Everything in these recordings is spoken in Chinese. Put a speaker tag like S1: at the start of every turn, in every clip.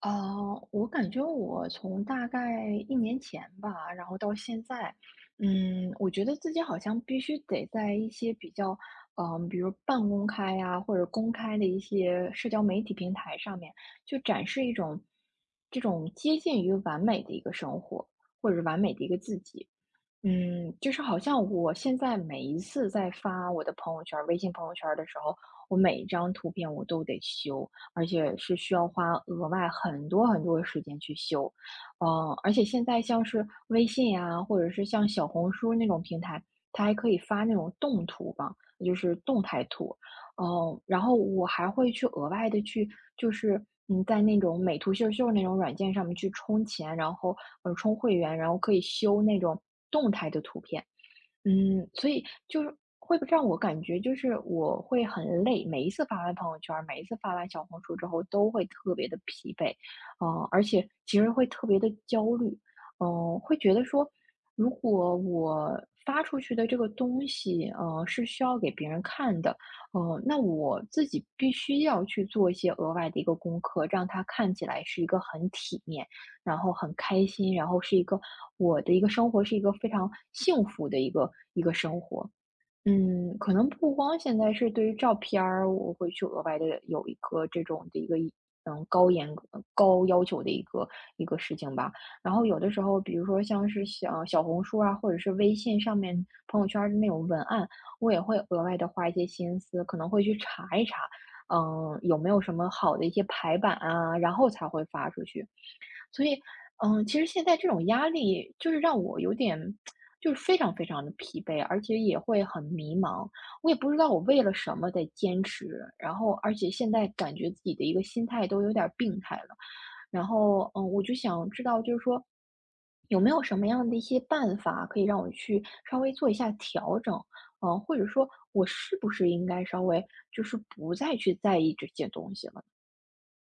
S1: 啊，我感觉我从大概一年前吧，然后到现在，我觉得自己好像必须得在一些比较，比如半公开呀，或者公开的一些社交媒体平台上面，就展示一种这种接近于完美的一个生活，或者完美的一个自己。就是好像我现在每一次在发我的朋友圈儿微信朋友圈儿的时候，我每一张图片我都得修，而且是需要花额外很多很多的时间去修。而且现在像是微信呀、或者是像小红书那种平台，它还可以发那种动图吧，就是动态图。然后我还会去额外的去就是，在那种美图秀秀那种软件上面去充钱，然后，充会员，然后可以修那种动态的图片。所以就是会让我感觉就是我会很累，每一次发完朋友圈儿，每一次发完小红书之后，都会特别的疲惫，而且其实会特别的焦虑，会觉得说，如果我发出去的这个东西，是需要给别人看的，那我自己必须要去做一些额外的一个功课，让它看起来是一个很体面，然后很开心，然后是一个我的一个生活是一个非常幸福的一个生活。可能不光现在是对于照片儿，我会去额外的有一个这种的一个嗯高严格高要求的一个事情吧。然后有的时候，比如说像是小红书啊，或者是微信上面朋友圈儿的那种文案，我也会额外的花一些心思，可能会去查一查，有没有什么好的一些排版啊，然后才会发出去。所以，其实现在这种压力就是让我有点就是非常非常的疲惫，而且也会很迷茫。我也不知道我为了什么在坚持，然后而且现在感觉自己的一个心态都有点儿病态了。然后，我就想知道就是说，有没有什么样的一些办法可以让我去稍微做一下调整？或者说我是不是应该稍微就是不再去在意这些东西了？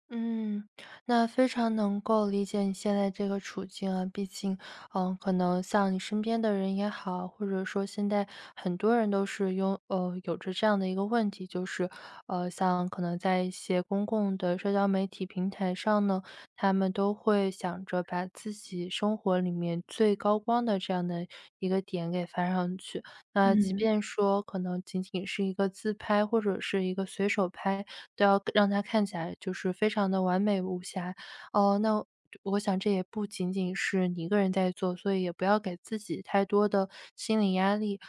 S2: 嗯，那非常能够理解你现在这个处境啊。毕竟，可能像你身边的人也好，或者说现在很多人都是有着这样的一个问题，就是像可能在一些公共的社交媒体平台上呢，他们都会想着把自己生活里面最高光的这样的一个点给发上去。那即
S1: 嗯。
S2: 便说可能仅仅是一个自拍或者是一个随手拍，都要让它看起来就是非常的完美无瑕。哦。那我想这也不仅仅是你一个人在做，所以也不要给自己太多的心理压力。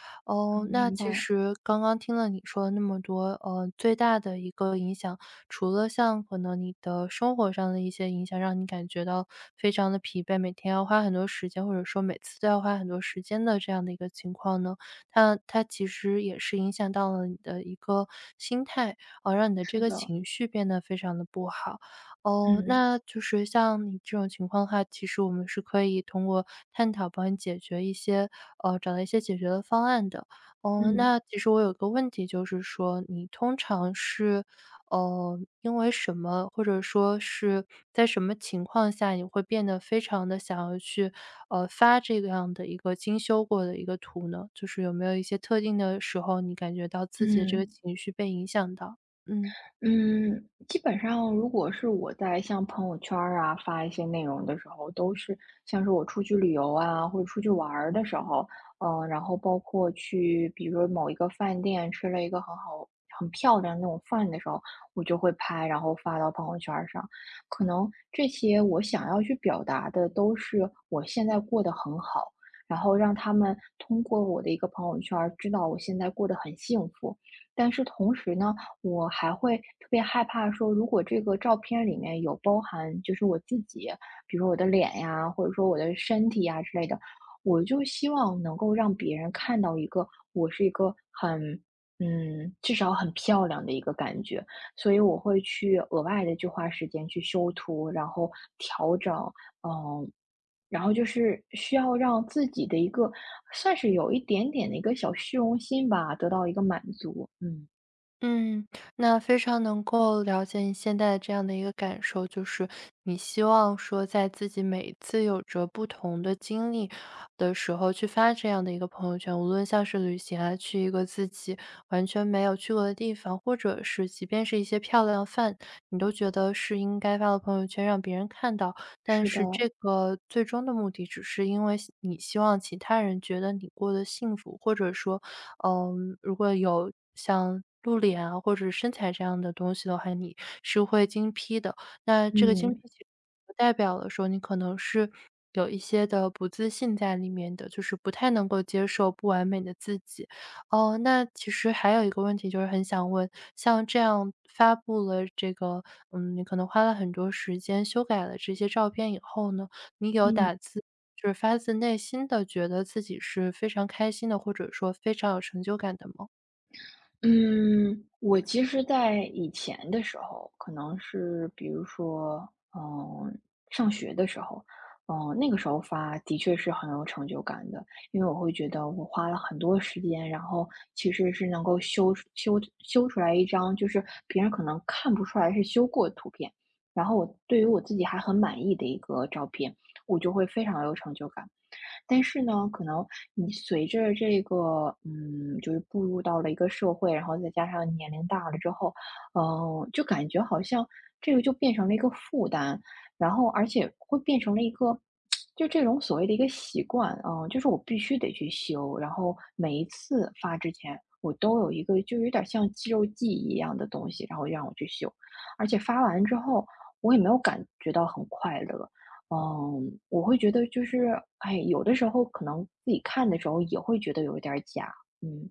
S1: 啊，
S2: 哦，那
S1: 明
S2: 其
S1: 白，
S2: 实刚刚听了你说了那么多，最大的一个影响，除了像可能你的生活上的一些影响，让你感觉到非常的疲惫，每天要花很多时间，或者说每次都要花很多时间的这样的一个情况呢，它其实也是影响到了你的一个心态，让你的这
S1: 是
S2: 个
S1: 的，
S2: 情绪变得非常的不好。哦，
S1: 嗯。
S2: 那就是像你这种情况的话，其实我们是可以通过探讨帮你解决一些找到一些解决的方案的。哦，
S1: 嗯。
S2: 那其实我有个问题就是说，你通常是因为什么，或者说是在什么情况下，你会变得非常的想要去，发这样的一个精修过的一个图呢？就是有没有一些特定的时候，你感觉到自己的这个
S1: 嗯
S2: 情绪被影响到？嗯。
S1: 嗯，基本上如果是我在像朋友圈儿啊发一些内容的时候，都是像是我出去旅游啊，或者出去玩儿的时候，然后包括去比如说某一个饭店吃了一个很好、很漂亮的那种饭的时候，我就会拍，然后发到朋友圈儿上。可能这些我想要去表达的都是我现在过得很好，然后让他们通过我的一个朋友圈儿知道我现在过得很幸福。但是同时呢。我还会特别害怕说，如果这个照片里面有包含就是我自己，比如说我的脸呀，或者说我的身体呀之类的，我就希望能够让别人看到一个我是一个很，至少很漂亮的一个感觉，所以我会去额外的去花时间去修图，然后调整，嗯，然后就是需要让自己的一个算是有一点点的一个小虚荣心吧，得到一个满足。嗯，
S2: 嗯，那非常能够了解你现在的这样的一个感受，就是你希望说，在自己每一次有着不同的经历的时候，去发这样的一个朋友圈，无论像是旅行啊，去一个自己完全没有去过的地方，或者是即便是一些漂亮的饭，你都觉得是应该发到朋友圈让别人看到。但
S1: 是的，
S2: 是这个最终的目的，只是因为你希望其他人觉得你过得幸福，或者说嗯，如果有像露脸啊，或者身材这样的东西的话，你是会精批的。那这个精
S1: 嗯
S2: 批其实代表了说你可能是有一些的不自信在里面的，就是不太能够接受不完美的自己。哦，那其实还有一个问题就是很想问，像这样发布了这个，你可能花了很多时间修改了这些照片以后呢，你有
S1: 嗯
S2: 打字？就是发自内心的觉得自己是非常开心的，或者说非常有成就感的吗？
S1: 嗯，我其实在以前的时候，可能是比如说，嗯，上学的时候，那个时候发的确是很有成就感的，因为我会觉得我花了很多时间，然后其实是能够修出来一张，就是别人可能看不出来是修过的图片，然后我对于我自己还很满意的一个照片，我就会非常有成就感。但是呢，可能你随着这个，就是步入到了一个社会，然后再加上年龄大了之后，就感觉好像这个就变成了一个负担，然后而且会变成了一个，就这种所谓的一个习惯，就是我必须得去修，然后每一次发之前，我都有一个就有点像肌肉记忆一样的东西，然后让我去修，而且发完之后，我也没有感觉到很快乐，我会觉得就是，哎，有的时候可能自己看的时候也会觉得有一点儿假，嗯。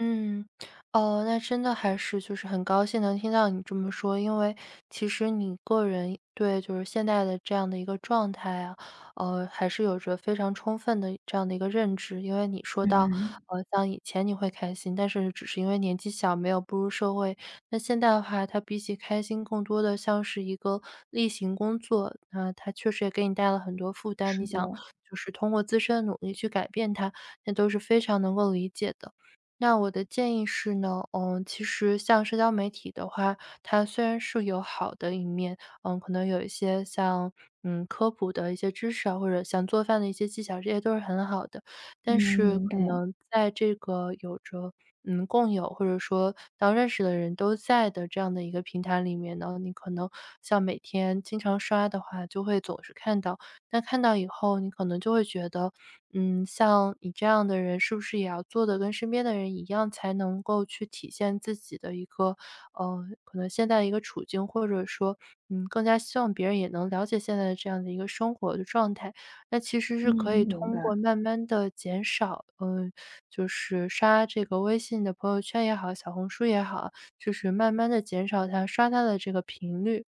S2: 嗯，哦，那真的还是就是很高兴能听到你这么说，因为其实你个人对就是现在的这样的一个状态啊，还是有着非常充分的这样的一个认知。因为你说到，
S1: 嗯，
S2: 像以前你会开心，但是只是因为年纪小，没有步入社会。那现在的话，它比起开心，更多的像是一个例行工作，那它确实也给你带了很多负担。
S1: 是
S2: 你
S1: 的，
S2: 想就是通过自身的努力去改变它，那都是非常能够理解的。那我的建议是呢，其实像社交媒体的话，它虽然是有好的一面。可能有一些像，科普的一些知识啊，或者像做饭的一些技巧，这些都是很好的。但
S1: 嗯，
S2: 是
S1: 明白，
S2: 可能在这个有着，共有或者说当认识的人都在的这样的一个平台里面呢，你可能像每天经常刷的话，就会总是看到。那看到以后，你可能就会觉得，像你这样的人，是不是也要做的跟身边的人一样，才能够去体现自己的一个，可能现在的一个处境，或者说，更加希望别人也能了解现在的这样的一个生活的状态。那其实
S1: 嗯，
S2: 是可以
S1: 明
S2: 通过
S1: 白，
S2: 慢慢的减少，就是刷这个微信的朋友圈也好，小红书也好，就是慢慢的减少它刷它的这个频率。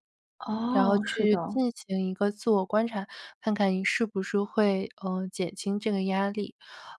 S2: 然后
S1: 哦，是的，
S2: 去进行一个自我观察，看看你是不是会，减轻这个压力。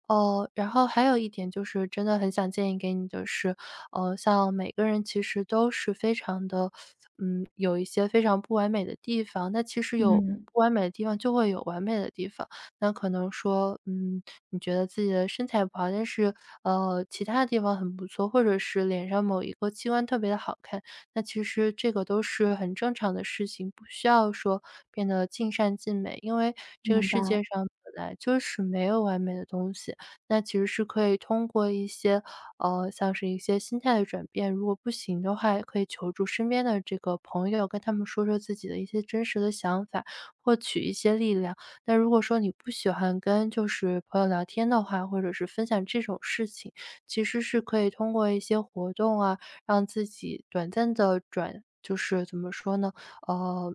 S2: 哦，然后还有一点就是真的很想建议给你的是，像每个人其实都是非常的，有一些非常不完美的地方，那其实有
S1: 嗯，
S2: 不完美的地方就会有完美的地方。那可能说，你觉得自己的身材不好，但是，其他的地方很不错，或者是脸上某一个器官特别的好看，那其实这个都是很正常的事情，不需要说变得尽善尽美，因为这个
S1: 明白，
S2: 世界上本来就是没有完美的东西。那其实是可以通过一些，像是一些心态的转变，如果不行的话，可以求助身边的这个朋友，跟他们说说自己的一些真实的想法，获取一些力量。那如果说你不喜欢跟就是朋友聊天的话，或者是分享这种事情，其实是可以通过一些活动啊，让自己短暂的转就是怎么说呢，呃，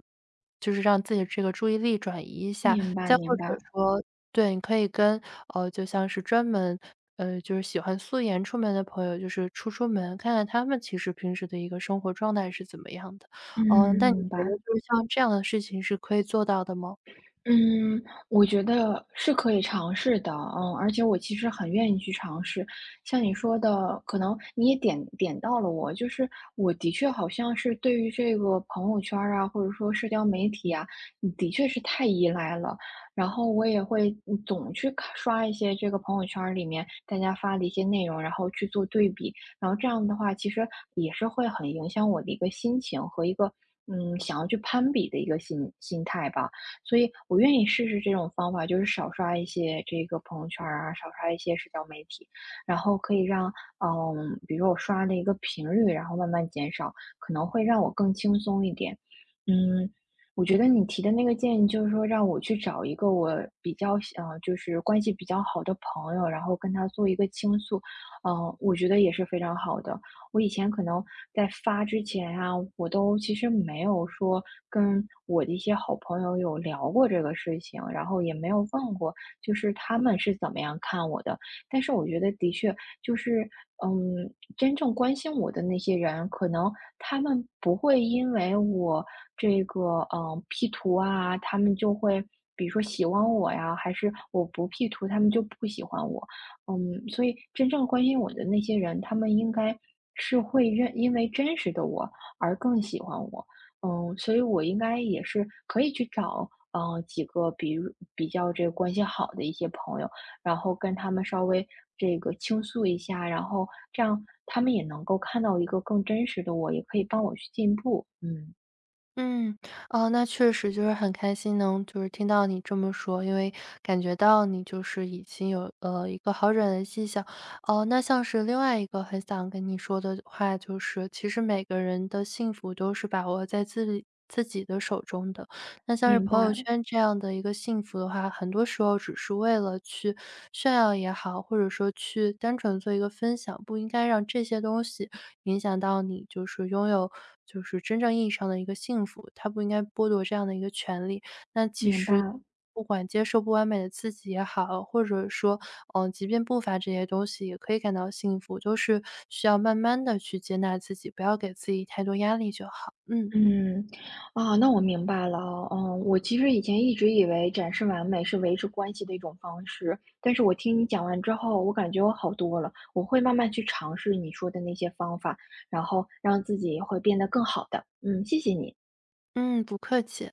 S2: 就是让自己这个注意力转移一下。
S1: 明白，
S2: 再或
S1: 明
S2: 者
S1: 白，
S2: 说对，你可以跟就像是专门就是喜欢素颜出门的朋友，就是出出门，看看他们其实平时的一个生活状态是怎么样的。嗯，
S1: 嗯，
S2: 那你
S1: 明
S2: 觉得
S1: 白。
S2: 就是像这样的事情是可以做到的吗？
S1: 嗯，我觉得是可以尝试的，而且我其实很愿意去尝试。像你说的，可能你也点到了我，就是我的确好像是对于这个朋友圈儿啊，或者说社交媒体啊，的确是太依赖了。然后我也会总去看刷一些这个朋友圈儿里面大家发的一些内容，然后去做对比，然后这样的话，其实也是会很影响我的一个心情和一个想要去攀比的一个心态吧。所以我愿意试试这种方法，就是少刷一些这个朋友圈儿啊，少刷一些社交媒体，然后可以让，比如说我刷的一个频率，然后慢慢减少，可能会让我更轻松一点。嗯，我觉得你提的那个建议，就是说让我去找一个我比较，就是关系比较好的朋友，然后跟他做一个倾诉，我觉得也是非常好的。我以前可能在发之前啊，我都其实没有说跟我的一些好朋友有聊过这个事情，然后也没有问过，就是他们是怎么样看我的。但是我觉得的确就是，真正关心我的那些人，可能他们不会因为我这个P 图啊，他们就会比如说喜欢我呀，还是我不 P 图，他们就不喜欢我。嗯，所以真正关心我的那些人，他们应该是会认，因为真实的我而更喜欢我。所以我应该也是可以去找，几个比如比较这个关系好的一些朋友，然后跟他们稍微这个倾诉一下，然后这样他们也能够看到一个更真实的我，也可以帮我去进步。嗯，
S2: 嗯，哦，那确实就是很开心能就是听到你这么说，因为感觉到你就是已经有一个好转的迹象。哦，那像是另外一个很想跟你说的话，就是其实每个人的幸福都是把握在自己的手中的。那像是
S1: 明白，
S2: 朋友圈这样的一个幸福的话，很多时候只是为了去炫耀也好，或者说去单纯做一个分享，不应该让这些东西影响到你，就是拥有就是真正意义上的一个幸福，它不应该剥夺这样的一个权利。那其
S1: 明
S2: 实
S1: 白。
S2: 不管接受不完美的自己也好，或者说，即便不乏这些东西，也可以感到幸福，都是需要慢慢的去接纳自己，不要给自己太多压力就好。嗯
S1: 嗯，啊，那我明白了哦。嗯，我其实以前一直以为展示完美是维持关系的一种方式，但是我听你讲完之后，我感觉我好多了。我会慢慢去尝试你说的那些方法，然后让自己会变得更好的。嗯，谢谢你。
S2: 嗯，不客气。